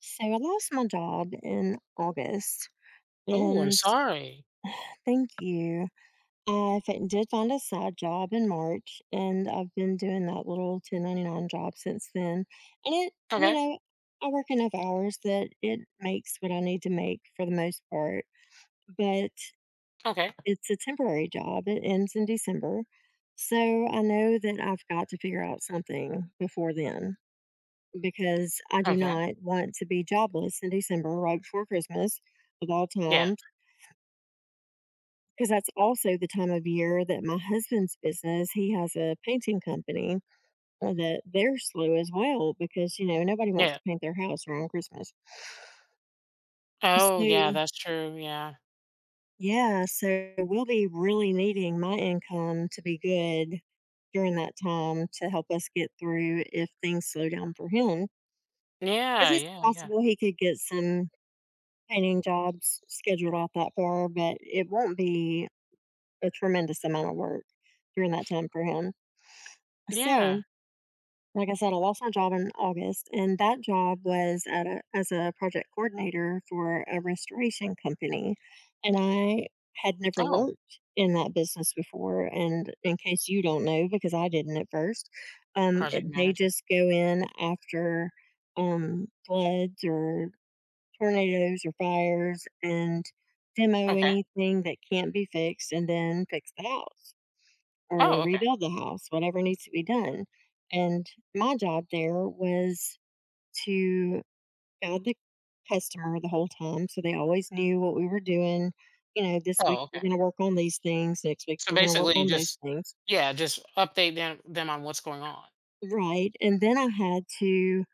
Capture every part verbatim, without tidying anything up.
So I lost my job in August. Oh, I'm And sorry. thank you. I fi- did find a side job in March, and I've been doing that little ten ninety-nine job since then. And it, you Okay. know, I work enough hours that it makes what I need to make for the most part, but Okay. it's a temporary job. It ends in December. So I know that I've got to figure out something before then, because I do Okay. not want to be jobless in December, right before Christmas, of all Yeah. times, because that's also the time of year that my husband's business, he has a painting company uh, that they're slow as well, because, you know, nobody wants Yeah. to paint their house around Christmas. Oh, yeah, So, that's true. Yeah. yeah, so we'll be really needing my income to be good during that time to help us get through if things slow down for him. Because Yeah. it's Yeah. Yeah. possible he could get some painting jobs scheduled out that far, but it won't be a tremendous amount of work during that time for him. So, Yeah. like I said, I lost my job in August, and that job was at a, as a project coordinator for a restoration company. And I had never Oh, worked in that business before. And in case you don't know, because I didn't at first, um, project it- they manager. just go in after um, floods or tornadoes or fires and demo Okay. anything that can't be fixed and then fix the house or Oh, okay. rebuild the house, whatever needs to be done. And my job there was to guide the customer the whole time. So they always knew what we were doing. You know, this Oh, week we're okay. going to work on these things, next week So we're going to work basically, on those just things. yeah, just update them them on what's going on. Right. And then I had to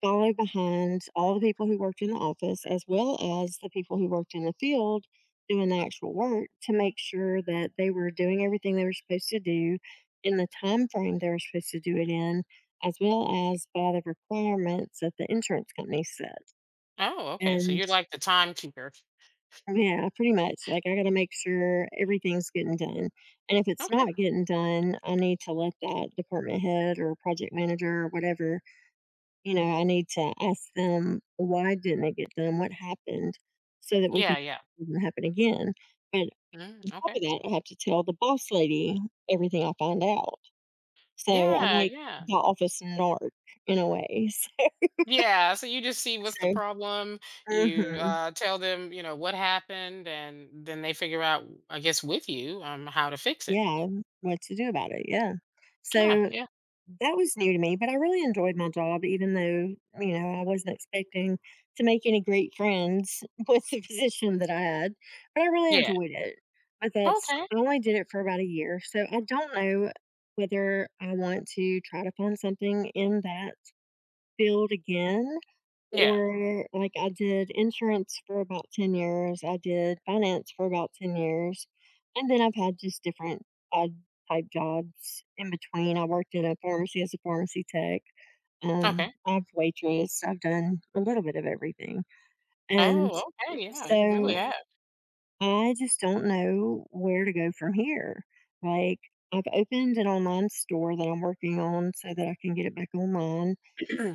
follow behind all the people who worked in the office as well as the people who worked in the field doing the actual work to make sure that they were doing everything they were supposed to do in the time frame they were supposed to do it in as well as by the requirements that the insurance company set, Oh, okay. So and you're like the timekeeper. yeah, pretty much. Like, I got to make sure everything's getting done, and if it's Okay. not getting done, I need to let that department head or project manager or whatever. You know, I need to ask them, why didn't it get done? What happened? So that we can, Yeah. Yeah. it doesn't happen again. But Mm, on top okay. of that, I have to tell the boss lady everything I find out. So I'm Yeah. like Yeah. the office narc, in a way. Yeah, so you just see what's the So, problem. You mhm, uh, tell them, you know, what happened, and then they figure out, I guess, with you, um, how to fix it. yeah, what to do about it? Yeah. Yeah, So yeah, that was new to me, but I really enjoyed my job. Even though, you know, I wasn't expecting to make any great friends with the position that I had, but I really yeah. enjoyed it. But that's, Okay, I only did it for about a year, so I don't know whether I want to try to find something in that field again, yeah, or like I did insurance for about ten years, I did finance for about ten years, and then I've had just different odd type jobs in between. I worked in a pharmacy as a pharmacy tech. Um, okay. I've waitressed. I've done a little bit of everything. And Oh, okay, yeah. You really so have. I just don't know where to go from here. Like, I've opened an online store that I'm working on so that I can get it back online,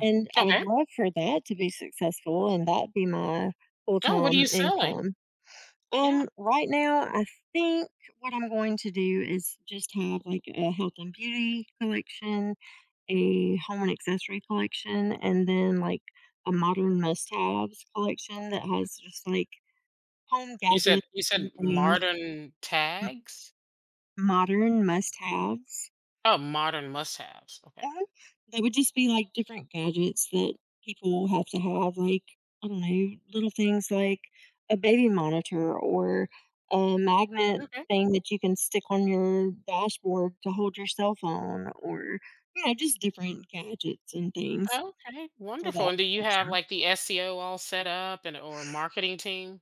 and I would Okay. love for that to be successful and that be my Oh, what are full-time you selling? income. Yeah, Um, right now, I think what I'm going to do is just have like a health and beauty collection, a home and accessory collection, and then like a modern must-haves collection that has just like home you gadgets said you and said things. modern m- tags. modern must-haves. Oh, modern must-haves. Okay, Uh-huh. They would just be, like, different gadgets that people have to have, like, I don't know, little things like a baby monitor or a magnet okay, thing that you can stick on your dashboard to hold your cell phone or, you know, just different gadgets and things okay. for that Wonderful. And do you have function. like the S E O all set up and or marketing team?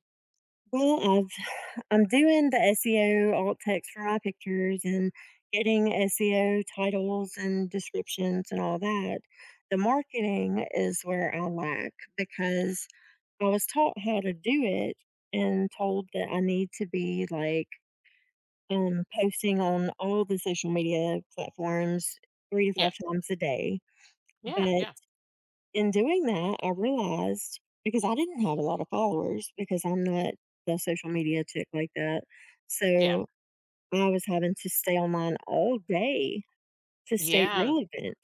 Well, I've I'm doing the S E O alt text for my pictures and getting S E O titles and descriptions and all that. The marketing is where I lack, because I was taught how to do it and told that I need to be like um, posting on all the social media platforms three to Yeah, five times a day. yeah, But yeah, in doing that, I realized, because I didn't have a lot of followers, because I'm not the social media chick like that. yeah. So I was having to stay online all day to stay Yeah, relevant,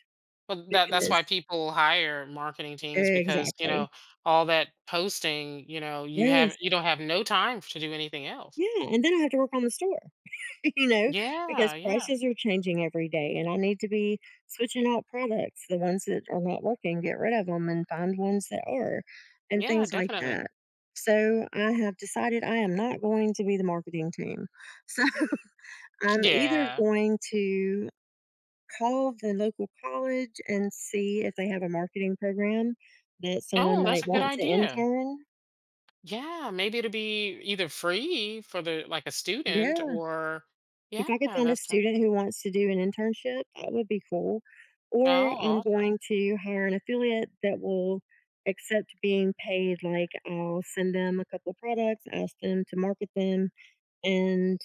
well, that that's because why people hire marketing teams because, you exactly. know, all that posting, you know, you have Yes. you don't have no time to do anything else. Yeah, and then I have to work on the store, you know, because Yeah, yeah. prices are changing every day, and I need to be switching out products. The ones that are not working, get rid of them and find ones that are, and Yeah, things like definitely. that. So I have decided I am not going to be the marketing team. So I'm either Yeah. going to call the local college and see if they have a marketing program that someone Oh, that's might a good want to idea. intern. Yeah, maybe it'll be either free for the like a student Yeah. or If yeah, I could find a that's right. student who wants to do an internship, that would be cool. Or I'm Oh, aw- going to hire an affiliate that will accept being paid. Like, I'll send them a couple of products, ask them to market them, and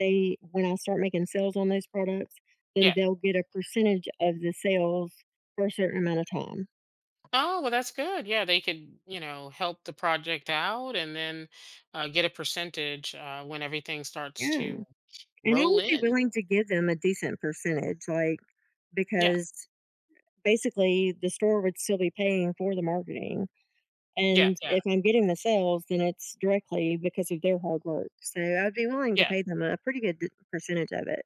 they, when I start making sales on those products, then yeah. they'll get a percentage of the sales for a certain amount of time. Oh, well, that's good. Yeah, they could, you know, help the project out and then uh, get a percentage uh, when everything starts Yeah. to And I roll would be in. willing to give them a decent percentage, like, Yeah, because basically the store would still be paying for the marketing. yeah, And yeah, if I'm getting the sales, then it's directly because of their hard work. So I'd be willing to yeah. pay them a pretty good d- percentage of it.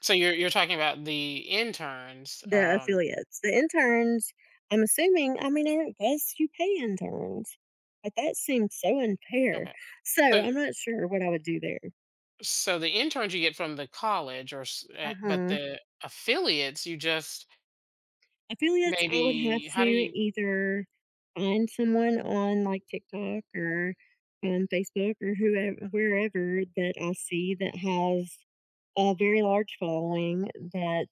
So you're you're talking about the interns. The Um, affiliates, the interns, I'm assuming, I mean, I guess you pay interns, but that seems so unfair. okay. So So I'm not sure what I would do there. so the interns you get from the college, or s- Uh eh, but huh. the affiliates you just I feel like that's, I would have maybe to how do you? either find someone on like TikTok or on Facebook or whoever, wherever that I see that has a very large following, that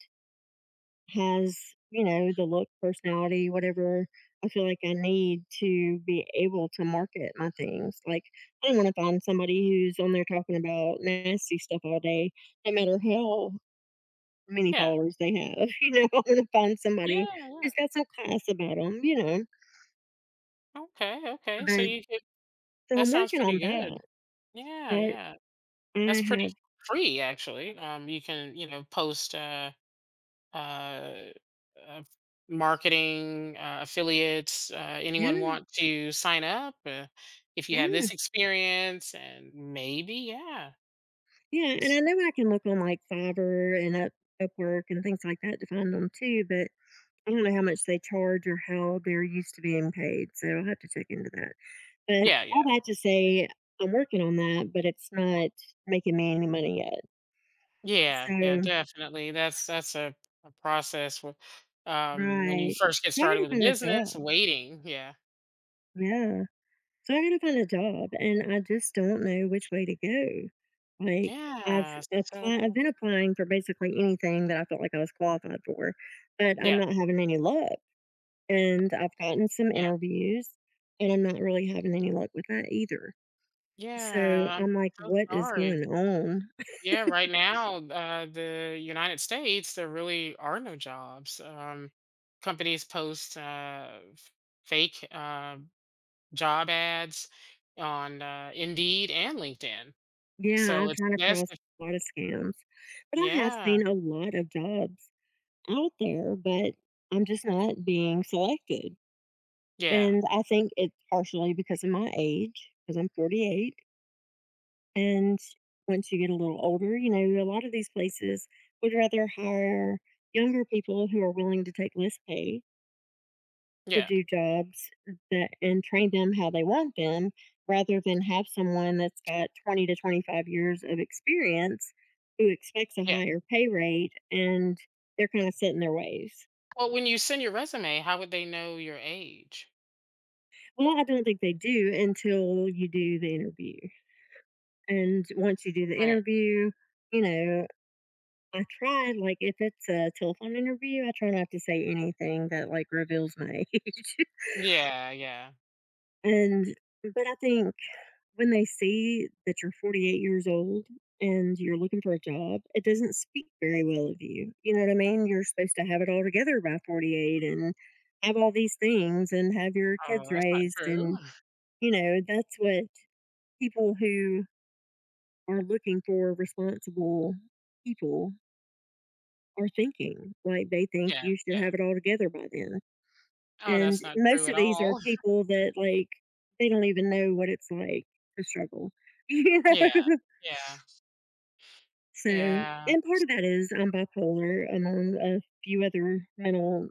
has, you know, the look, personality, whatever I feel like I need to be able to market my things. Like, I don't want to find somebody who's on there talking about nasty stuff all day, no matter how many Yeah, followers they have, you know, I'm gonna find yeah, somebody yeah. who's got some class about them, you know? Okay, okay. So But you could, so that I'm sounds working on pretty good. that, Yeah, but yeah. That's I pretty have, free actually. Um, you can you know post. Uh, uh, uh, marketing, uh, affiliates, uh, yeah, anyone want to sign up uh, if you have yeah, this experience? And maybe, yeah. yeah, and s- I know I can look on, like, Fiverr and Up Upwork and things like that to find them too, but I don't know how much they charge or how they're used to being paid, so I'll have to check into that. But Yeah, all yeah, that to say, I'm working on that, but it's not making me any money yet. yeah, yeah, So, definitely. That's that's a, a process wh- um, when you right. first get So I started gotta with a find a business, job. waiting. Yeah, Yeah. So I gotta find a job and I just don't know which way to go. Like, I've yeah. So, applied I've been applying for basically anything that I felt like I was qualified for, but I'm yeah, not having any luck. And I've gotten some yeah, interviews, and I'm not really having any luck with that either. So yeah. I'm I'm like, so what is sorry. going on? Yeah, right now, uh, the United States, there really are no jobs. Um, companies post uh, f- fake uh, job ads on uh, Indeed and LinkedIn. Yeah, So I've it's run best across if, a lot of scams. But I have yeah, seen a lot of jobs out there, but I'm just not being selected. yeah, And I think it's partially because of my age, because I'm forty-eight. And once you get a little older, you know, a lot of these places would rather hire younger people who are willing to take less pay to yeah, do jobs that, and train them how they want them, rather than have someone that's got twenty to twenty-five years of experience who expects a yeah. higher pay rate and they're kind of set in their ways. Well, when you send your resume, how would they know your age? Well, I don't think they do until you do the interview. And once you do the Okay. interview, you know, I try, like, if it's a telephone interview, I try not to say anything that like reveals my age, Yeah, yeah. and but I think when they see that you're forty-eight years old and you're looking for a job, it doesn't speak very well of you. You know what I mean? You're supposed to have it all together by forty-eight and have all these things and have your Oh, kids that's not raised true. and you know, that's what people who are looking for responsible people are thinking. Like, they think Yeah, you should yeah. have it all together by then. Oh, And that's not true most at of these are all. people that, like, they don't even know what it's like to struggle, you know? Yeah, yeah, So, yeah, and part of that is I'm bipolar, among a few other mental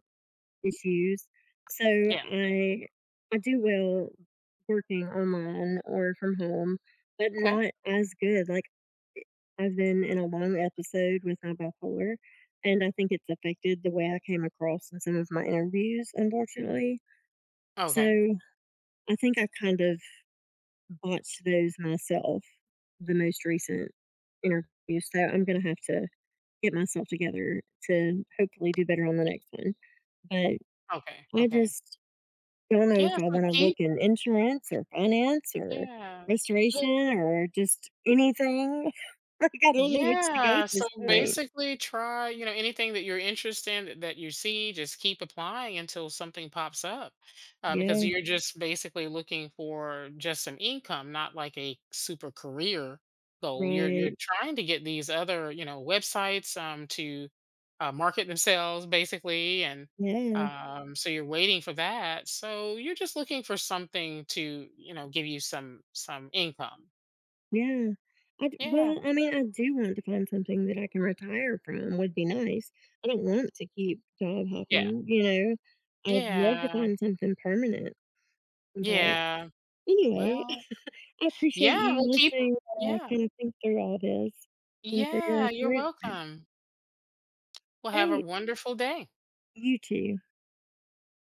issues. So yeah. I I do well working online or from home, but Okay. not as good. Like, I've been in a long episode with my bipolar, and I think it's affected the way I came across in some of my interviews, unfortunately. Okay. So I think I kind of botched those myself, the most recent interviews. So I'm going to have to get myself together to hopefully do better on the next one. But Okay, I okay. just don't know if Yeah, I so want to look keep in insurance or finance or yeah. restoration Well, or just anything. Like, I don't know which to go at yeah, so this point. basically try, you know, anything that you're interested in that that you see, just keep applying until something pops up. Uh, because Yeah. you're mhm, just basically looking for just an income, not like a super career goal. You're you're Right. trying to get these other, you know, websites um to uh, market themselves basically and Yeah, um so you're waiting for that. So you're just looking for something to, you know, give you some some income. yeah. I d Yeah. Well, I mean, I do want to find something that I can retire from, would be nice. I don't want to keep job Yeah. hopping, you know? I would love to Yeah. find something permanent, but Yeah. anyway, Well, I appreciate yeah, you we'll keep listening, uh, yeah. kind of think through all this, and for your Yeah, you're encouragement. welcome. Well, have a Great. wonderful day. You too.